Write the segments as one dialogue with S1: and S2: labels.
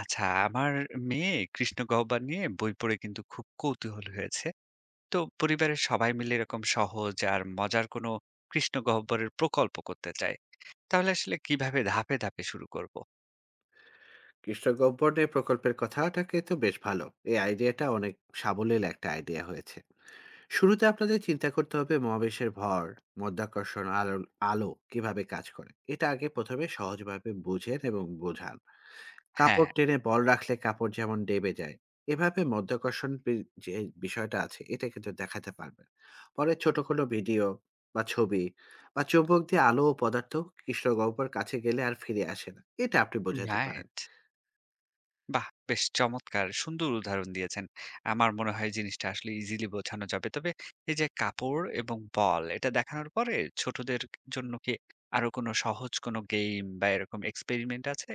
S1: আচ্ছা, আমার মেয়ে কৃষ্ণগহ্বর নিয়ে বই পড়ে কিন্তু খুব কৌতূহল হয়েছে। তো পরিবারের সবাই মিলে এরকম সহজ আর মজার কোনো কৃষ্ণগহ্বরের প্রকল্প করতে চায়। তাহলে আসলে কিভাবে ধাপে, ধাপে শুরু করব?
S2: কৃষ্ণ গহ্বরের প্রকল্পের কথাটাকে তো বেশ ভালো এই আইডিয়াটা অনেক সাবলীল একটা আইডিয়া হয়েছে। শুরুতে আপনাদের চিন্তা করতে হবে মহাবিশ্বের ভর, মধ্যাকর্ষণ, আলো। আলো কিভাবে কাজ করে এটা আগে প্রথমে সহজভাবে বুঝেন এবং বোঝান।
S1: হ্যাঁ,
S2: কাপড় টেনে বল রাখলে কাপড় যেমন ডেবে যায়, এভাবে মধ্যাকর্ষণ যে বিষয়টা আছে এটা কিন্তু দেখাতে পারবেন। পরে ছোট কোনো ভিডিও বা ছবি বা চুম্বক দিয়ে আলো ও পদার্থ কৃষ্ণগহ্বর কাছে গেলে আর ফিরে আসে না, এটা আপনি বোঝাতে পারেন।
S1: রাইট। বাহ! বেশ চমৎকার সুন্দর উদাহরণ দিয়েছেন। আমার মনে হয় জিনিসটা আসলে ইজিলি বোঝানো যাবে। তবে এই যে কাপড় এবং বল এটা দেখানোর পরে ছোটদের জন্য কি আরো কোনো সহজ কোনো গেম বা এরকম এক্সপেরিমেন্ট আছে?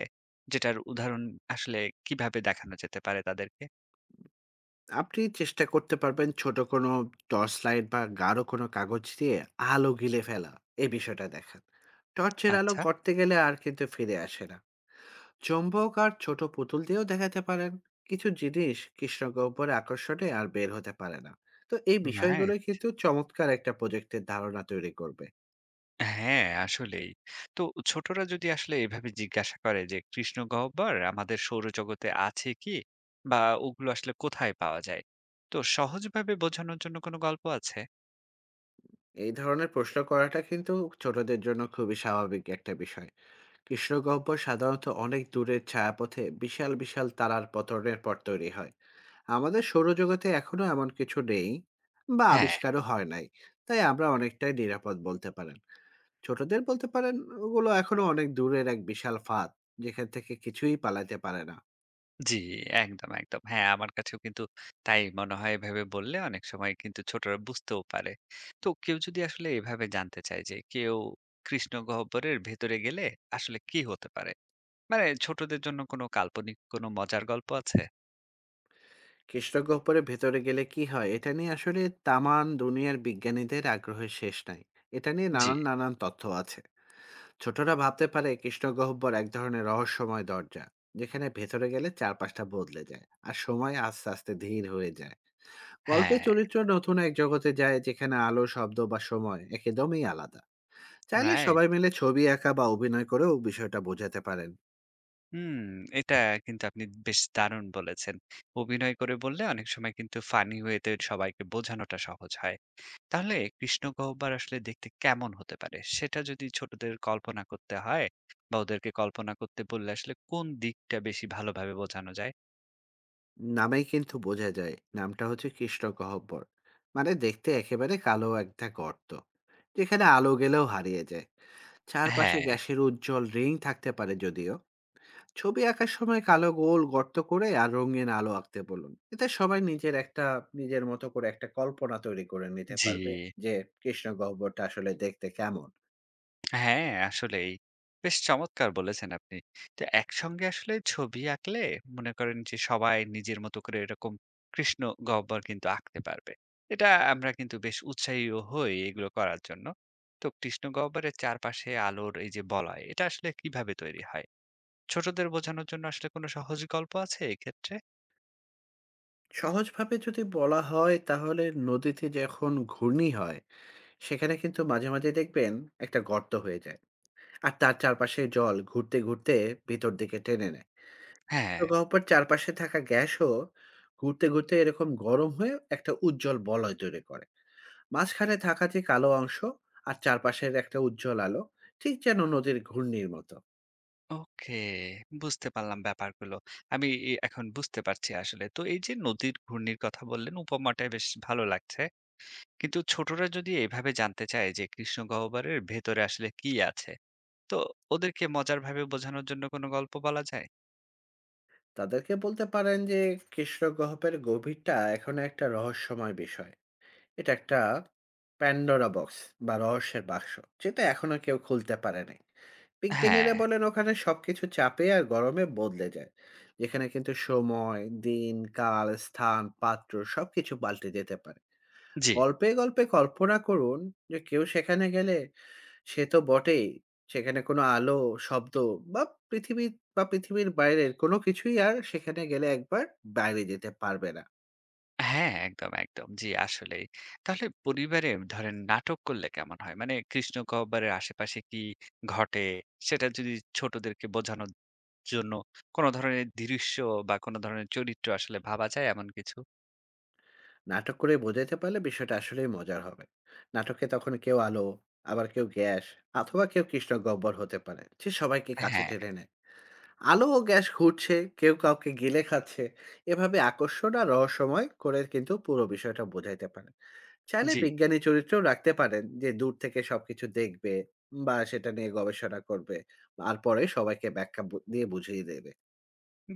S1: যেটার উদাহরণ আসলে কিভাবে দেখানো যেতে পারে তাদেরকে?
S2: আপনি চেষ্টা করতে পারবেন ছোট কোনো টর্চ লাইট বা গাঢ় কোনো কাগজ দিয়ে আলো গিলে ফেলা, এই বিষয়টা দেখেন। টর্চের আলো
S1: আচ্ছা,
S2: করতে গেলে আর কিন্তু ফিরে আসে না। চম্বক আর ছোট পুতুল দিয়েও দেখাতে পারেন কিছু জিনিস কৃষ্ণগহ্বর আকর্ষণে আর বের হতে পারে না। তো এই বিষয়গুলো
S1: রাইট।
S2: কিন্তু চমৎকার একটা প্রজেক্টের ধারণা তৈরি করবে।
S1: হ্যাঁ, আসলেই। তো ছোটরা যদি আসলে এভাবে জিজ্ঞাসা করে যে কৃষ্ণ গহ্বর আমাদের সৌরজগতে আছে কি? বা ওগুলো আসলে কোথায় পাওয়া যায়? তো সহজভাবে বোঝানোর জন্য কোনো গল্প আছে?
S2: এই ধরনের প্রশ্ন করাটা কিন্তু ছোটদের জন্য খুবই স্বাভাবিক একটা বিষয়। কৃষ্ণগহ্বর সাধারণত অনেক দূরের ছায়াপথে বিশাল বিশাল তারার পতনের পর তৈরি হয়। আমাদের সৌরজগতে এখনো এমন কিছু নেই বা
S1: হ্যাঁ,
S2: আবিষ্কারও হয় নাই। তাই আমরা অনেকটাই নিরাপদ বলতে পারেন। ছোটদের বলতে পারেন ওগুলো এখনো অনেক দূরের এক বিশাল ফাঁদ, যেখান থেকে কিছুই পালাতে পারে না।
S1: জি, একদম, হ্যাঁ, আমার কাছেও কিন্তু তাই মনে হয় এভাবে বললে অনেক সময় কিন্তু ছোটরা বুঝতেও পারে। তো কেউ যদি আসলে এভাবে জানতে চায় যে কেউ কৃষ্ণ গহ্বরের ভেতরে গেলে আসলে কি হতে পারে? মানে ছোটদের জন্য কোনো কাল্পনিক কোনো মজার গল্প আছে?
S2: কৃষ্ণগহ্বরের ভেতরে গেলে কি হয় এটা নিয়ে আসলে তামান দুনিয়ার বিজ্ঞানীদের আগ্রহের শেষ নাই। এটা নিয়ে
S1: জি,
S2: নানান নানান তথ্য আছে। ছোটরা ভাবতে পারে কৃষ্ণগহ্বর এক ধরনের রহস্যময় দরজা, যেখানে ভেতরে গেলে চারপাশটা বদলে যায় আর সময় আস্তে আস্তে ধীর হয়ে যায়। গল্পের
S1: হ্যাঁ।
S2: চরিত্র নতুন এক জগতে যায় যেখানে আলো, শব্দ বা সময় একদমই আলাদা। চাইলে
S1: রাইট।
S2: সবাই মিলে ছবি আঁকা বা অভিনয় করেও বিষয়টা বোঝাতে পারেন।
S1: হুম, এটা কিন্তু আপনি বেশ দারুণ বলেছেন। অভিনয় করে বললে অনেক সময় কিন্তু ফানি ওয়েতে সবাইকে বোঝানোটা সহজ হয়। তাহলে কৃষ্ণ গহ্বর আসলে দেখতে কেমন হতে পারে? সেটা যদি ছোটদের কল্পনা করতে হয় বা ওদেরকে কল্পনা করতে বললে আসলে কোন দিকটা বেশি ভালোভাবে বোঝানো যায়?
S2: নামেই কিন্তু বোঝা যায়, নামটা হচ্ছে কৃষ্ণ গহ্বর, মানে দেখতে একেবারে কালো একটা গর্ত, যেখানে আলো গেলেও হারিয়ে যায়। চারপাশে
S1: হ্যাঁ,
S2: গ্যাসের উজ্জ্বল রিং থাকতে পারে যদিও। ছবি আঁকার সময় কালো গোল গর্ত করে আর রঙিন আলো আঁকতে বলুন, এতে সবাই নিজের মতো করে একটা কল্পনা তৈরি করে নিতে
S1: জি।
S2: পারবে যে কৃষ্ণ গহ্বরটা আসলে দেখতে কেমন।
S1: হ্যাঁ, আসলেই। বেশ চমৎকার বলেছেন আপনি। তো একসঙ্গে আসলে ছবি আঁকলে মনে করেন যে সবাই নিজের মতো করে এরকম কৃষ্ণ গহ্বর কিন্তু আঁকতে পারবে। এটা আমরা কিন্তু বেশ উৎসাহীও হই এগুলো করার জন্য। তো কৃষ্ণ গহ্বরের চারপাশে আলোর এই যে বলয়, এটা আসলে কিভাবে তৈরি হয়? ছোটদের বোঝানোর জন্য আসলে কোনো সহজ গল্প আছে এক্ষেত্রে?
S2: সহজভাবে যদি বলা হয় তাহলে, নদীতে যখন ঘূর্ণি হয় সেখানে কিন্তু মাঝে মাঝে দেখবেন একটা গর্ত হয়ে যায় আর তার চারপাশে জল ঘুরতে ঘুরতে ভিতর দিকে টেনে নেয়।
S1: হ্যাঁ,
S2: তো গহ্বর চারপাশে থাকা গ্যাসও ঘুরতে ঘুরতে এরকম গরম হয়ে একটা উজ্জ্বল বলয় তৈরি করে। মাঝখানে থাকা যে কালো অংশ আর চারপাশের একটা উজ্জ্বল আলো, ঠিক যেন নদীর ঘূর্ণির মতো।
S1: ওকে। বুঝতে পারলাম ব্যাপারগুলো। আমি ই এখন বুঝতে পারছি আসলে। তো এই যে নদীর ঘূর্ণির কথা বললেন, উপমাটা বেশ ভালো লাগছে। কিন্তু ছোটরা যদি এভাবে জানতে চায় যে কৃষ্ণ গহ্বরের ভেতরে আসলে কি আছে, তো ওদেরকে মজার ভাবে বোঝানোর জন্য কোনো গল্প বলা যায়?
S2: তাদেরকে বলতে পারেন যে কৃষ্ণ গহ্বরের গভীরটা এখন একটা রহস্যময় বিষয়। এটা একটা প্যান্ডোরা বক্স বা রহস্যের বাক্স, যেটা এখনো কেউ খুলতে পারেনি।
S1: হ্যাঁ,
S2: বিজ্ঞানীরা বলেন ওখানে সবকিছু চাপে আর গরমে বদলে যায়, যেখানে কিন্তু সময়, দিন, কাল, স্থান, পাত্র সবকিছু পাল্টে যেতে পারে।
S1: জি,
S2: গল্পে গল্পে কল্পনা করুন যে কেউ সেখানে গেলে সে তো বটেই, সেখানে কোনো আলো, শব্দ বা পৃথিবী বা পৃথিবীর বাইরের কোনো কিছুই আর সেখানে গেলে একবার বাইরে যেতে পারবে না।
S1: হ্যাঁ, একদম একদম জি, আসলেই। তাহলে পরিবারে ধরেন নাটক করলে কেমন হয়? মানে কৃষ্ণ গহ্বরের আশেপাশে কি ঘটে, সেটা যদি ছোটদেরকে বোঝানোর জন্য কোনো ধরনের দৃশ্য বা কোনো ধরনের চরিত্র আসলে ভাবা যায় এমন কিছু?
S2: নাটক করে বোঝাতে পারলে বিষয়টা আসলেই মজার হবে। নাটকে তখন কেউ আলো, আবার কেউ গ্যাস, অথবা কেউ কৃষ্ণগহ্বর হতে পারে, যে সবাইকে কাছে
S1: হ্যাঁ,
S2: টেনে নেয়। আলো ও গ্যাস ঘুরছে, কেউ কাউকে গিলে খাচ্ছে। এভাবে আকর্ষণ আর রহস্যময় করে কিন্তু পুরো বিষয়টা বোঝাইতে পারে। চাইলে
S1: জি।
S2: বিজ্ঞানী চরিত্রেও রাখতে পারেন যে দূর থেকে সবকিছু দেখবে বা সেটা নিয়ে গবেষণা করবে, আর পরে সবাইকে ব্যাখ্যা দিয়ে বুঝিয়ে দেবে।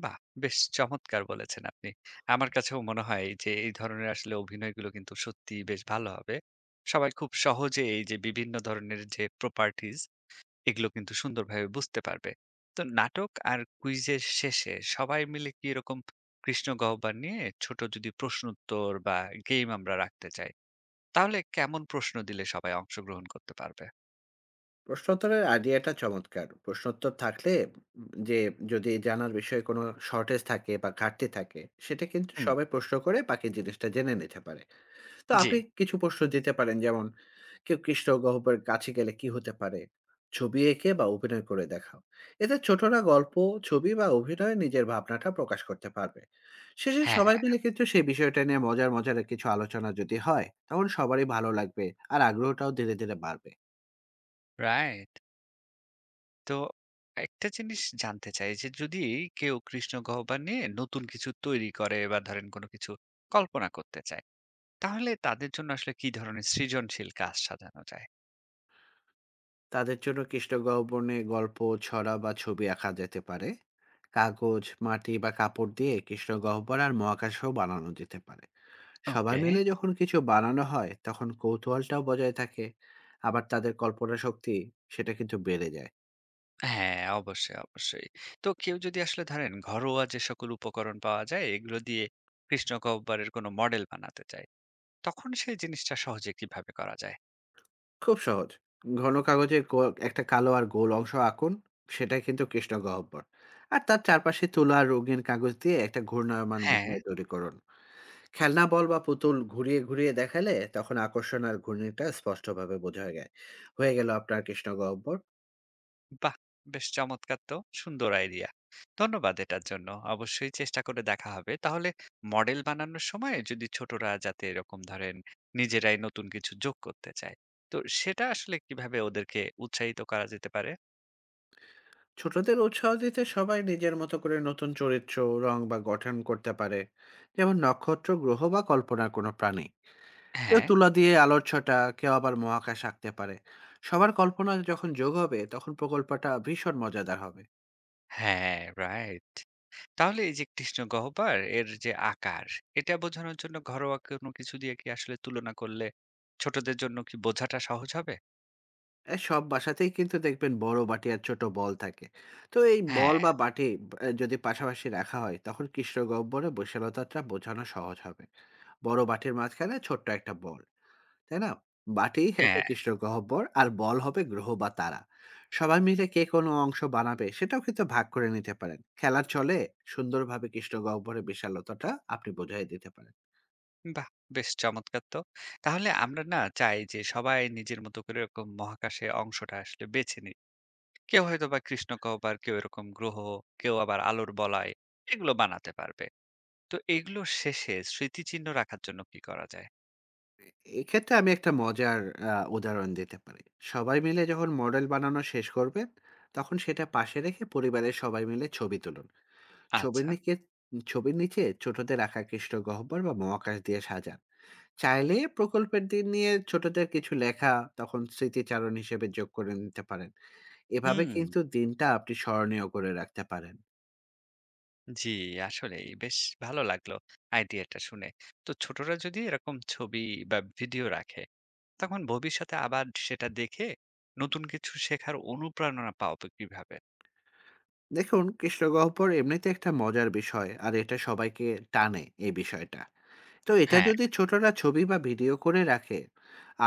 S1: বাহ! বেশ চমৎকার বলেছেন আপনি। আমার কাছেও মনে হয় যে এই ধরনের আসলে অভিনয়গুলো কিন্তু সত্যিই বেশ ভালো হবে। সবাই খুব সহজে এই যে বিভিন্ন ধরনের যে প্রপার্টিজ এগুলো কিন্তু সুন্দরভাবে বুঝতে পারবে। তো নাটক আর কুইজের শেষে সবাই মিলে কি এরকম কৃষ্ণ গহ্বর নিয়ে ছোট যদি প্রশ্নোত্তর বা গেম আমরা রাখতে চাই, তাহলে কেমন প্রশ্ন দিলে সবাই অংশগ্রহণ করতে পারবে?
S2: প্রশ্নোত্তরের আইডিয়াটা চমৎকার। প্রশ্নোত্তর থাকলে যে যদি জানার বিষয়ে কোনো শর্টেজ থাকে বা ঘাটতি থাকে, সেটা কিন্তু
S1: হুম,
S2: সবাই প্রশ্ন করে বাকি জিনিসটা জেনে নিতে পারে। তো
S1: জি।
S2: আপনি কিছু প্রশ্ন দিতে পারেন, যেমন, কেউ কৃষ্ণ গহ্বরের কাছে গেলে কি হতে পারে? ছবি এঁকে বা অভিনয় করে দেখাও। এতে ছোটরা গল্প, ছবি বা অভিনয়ে নিজের ভাবনাটা প্রকাশ করতে পারবে। শেষে
S1: হ্যাঁ,
S2: সবাই মিলে কিন্তু সেই বিষয়টা নিয়ে মজার, মজার কিছু আলোচনা যদি হয়, তখন সবারই ভালো লাগবে আর আগ্রহটাও ধীরে, ধীরে বাড়বে।
S1: রাইট। তো একটা জিনিস জানতে চাই যে যদি কেউ কৃষ্ণ গহ্বর নিয়ে নতুন কিছু তৈরি করে বা ধরেন কোনো কিছু কল্পনা করতে চায়, তাহলে তাদের জন্য আসলে কি ধরনের সৃজনশীল কাজ সাজানো যায়?
S2: তাদের জন্য কৃষ্ণ গহ্বর নিয়ে গল্প, ছড়া বা ছবি আঁকা যেতে পারে। কাগজ, মাটি বা কাপড় দিয়ে কৃষ্ণ গহ্বর আর মহাকাশও বানানো যেতে পারে। সবাই
S1: ওকে,
S2: মিলে যখন কিছু বানানো হয় তখন কৌতূহলটাও বজায় থাকে, আবার তাদের কল্পনা শক্তি সেটা কিন্তু বেড়ে যায়।
S1: হ্যাঁ, অবশ্যই অবশ্যই তো কেউ যদি আসলে ধরেন ঘরোয়া যে সকল উপকরণ পাওয়া যায় এগুলো দিয়ে কৃষ্ণ গহ্বরের কোনো মডেল বানাতে চায়, তখন সেই জিনিসটা সহজে কিভাবে করা যায়?
S2: খুব সহজ। ঘন কাগজে একটা কালো আর গোল অংশ আঁকুন, সেটা কিন্তু কৃষ্ণগহ্বর। আর তার চারপাশে তুলা আর রঙিন কাগজ দিয়ে একটা ঘূর্ণায়মান
S1: হ্যাঁ।
S2: বিন্যাস তৈরি করুন। খেলনা বল বা পুতুল ঘুরিয়ে ঘুরিয়ে দেখালে তখন আকর্ষণ আর ঘূর্ণিটা স্পষ্টভাবে বোঝা যায়। হয়ে গেল আপনার কৃষ্ণগহ্বর।
S1: বাহ! বেশ চমৎকার তো। সুন্দর আইডিয়া। ধন্যবাদ এটার জন্য। অবশ্যই চেষ্টা করে দেখা হবে। তাহলে মডেল বানানোর সময় যদি ছোটরা যাতে এরকম ধরেন নিজেরাই নতুন কিছু যোগ করতে চায়, তো সেটা আসলে কিভাবে ওদেরকে উৎসাহিত করা যেতে পারে?
S2: ছোটদের উৎসাহ দিতে সবাই নিজের মতো করে নতুন চরিত্র, রং বা গঠন করতে পারে, যেমন নক্ষত্র, গ্রহ বা কল্পনার কোনো প্রাণী। কেউ
S1: হ্যাঁ,
S2: তুলা দিয়ে আলোর ছটা, কেউ আবার মহাকাশ আঁকতে পারে। সবার কল্পনা যখন যোগ হবে তখন প্রকল্পটা ভীষণ মজাদার হবে।
S1: হ্যাঁ, রাইট। তাহলে এই যে কৃষ্ণগহ্বর এর যে আকার, এটা বোঝানোর জন্য ঘরোয়া কোনো কিছু দিয়ে কি আসলে তুলনা করলে ছোটদের জন্য কি বোঝাটা সহজ হবে?
S2: এ সব বাসাতেই কিন্তু দেখবেন বড় বাটি আর ছোট বল থাকে। তো এই বল
S1: হ্যাঁ,
S2: বা বাটি যদি পাশাপাশি রাখা হয় তখন কৃষ্ণগহ্বরে বৈশালতাটা বোঝানো সহজ হবে। বড় বাটির মাঝখানে ছোট্ট একটা বল, তাই না? বাটি একটা
S1: হ্যাঁ।
S2: কৃষ্ণগহ্বর আর বল হবে গ্রহ বা তারা। সবাই মিলে কে কোন অংশ বানাবে সেটাও কিন্তু ভাগ করে নিতে পারেন। খেলার ছলে সুন্দরভাবে কৃষ্ণগহ্বরের বিশালতাটা আপনি বোঝাই দিতে পারেন।
S1: বাহ! বেশ চমৎকার তো। তাহলে আমরা না চাই যে সবাই নিজের মতো করে এরকম মহাকাশে অংশটা আসলে বেছে নিই। কেউ হয়তোবা কৃষ্ণগহ্বর, কেউ এরকম গ্রহ, কেউ আবার আলোর বলয় এগুলো বানাতে পারবে। তো এগুলো শেষে স্মৃতিচিহ্ন রাখার জন্য কি করা যায়?
S2: এ এক্ষেত্রে আমি একটা মজার উদাহরণ দিতে পারি। সবাই মিলে যখন মডেল বানানো শেষ করবেন, তখন সেটা পাশে রেখে পরিবারের সবাই মিলে ছবি তুলুন। ছবির
S1: আচ্ছা।
S2: নিকে ছবির নিচে ছোটদের আঁকা কৃষ্ণগহ্বর বা মহাকাশ দিয়ে সাজান। চাইলে প্রকল্পের দিন নিয়ে ছোটদের কিছু লেখা তখন স্মৃতিচারণ হিসেবে যোগ করে নিতে পারেন। এভাবে
S1: হুম।
S2: কিন্তু দিনটা আপনি স্মরণীয় করে রাখতে পারেন।
S1: জি, আসলেই বেশ ভালো লাগলো আইডিয়াটা শুনে। তো ছোটরা যদি এরকম ছবি বা ভিডিও রাখে, তখন ভবিষ্যতে আবার সেটা দেখে নতুন কিছু শেখার অনুপ্রেরণা পাবে কিভাবে?
S2: দেখুন, কৃষ্ণগহ্বর এমনিতে একটা মজার বিষয় আর এটা সবাইকে টানে, এই বিষয়টা। তো এটা
S1: হ্যাঁ,
S2: যদি ছোটরা ছবি বা ভিডিও করে রাখে,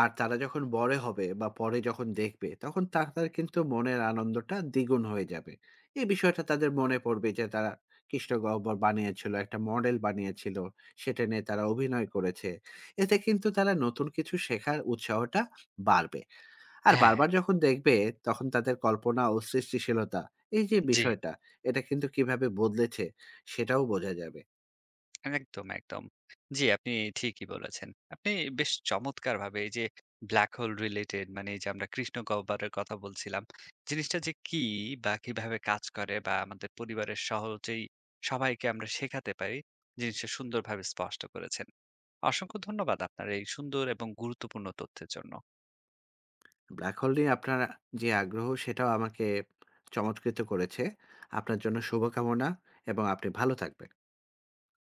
S2: আর তারা যখন বড় হবে বা পরে যখন দেখবে তখন তাদের কিন্তু মনের আনন্দটা দ্বিগুণ হয়ে যাবে। এই বিষয়টা তাদের মনে পড়বে যে তারা কৃষ্ণ গহ্বর বানিয়েছিল, একটা মডেল বানিয়েছিল, সেটা নিয়ে তারা অভিনয় করেছে। এতে কিন্তু তারা নতুন কিছু শেখার উৎসাহটা বাড়বে। আর
S1: হ্যাঁ।
S2: বারবার যখন দেখবে তখন তাদের কল্পনা ও সৃষ্টিশীলতা, এই যে
S1: জি,
S2: বিষয়টা, এটা কিন্তু কিভাবে বদলেছে সেটাও বোঝা যাবে।
S1: একদম। জি, আপনি ঠিকই বলেছেন। আপনি বেশ চমৎকারভাবে এই যে ব্লাক হোল রিলেটেড মানে এই যে আমরা কৃষ্ণ গহ্বরের কথা বলছিলাম। জিনিসটা যে কি বা কিভাবে কাজ করে বা আমাদের পরিবারের সহজেই সবাইকে আমরা শেখাতে পারি, জিনিসটা সুন্দরভাবে স্পষ্ট করেছেন। অসংখ্য ধন্যবাদ আপনার এই সুন্দর এবং গুরুত্বপূর্ণ তথ্যের জন্য।
S2: ব্ল্যাক হোল নিয়ে আপনার যে আগ্রহ সেটাও আমাকে চমৎকৃত করেছে। আপনার জন্য শুভকামনা, এবং আপনি ভালো থাকবেন।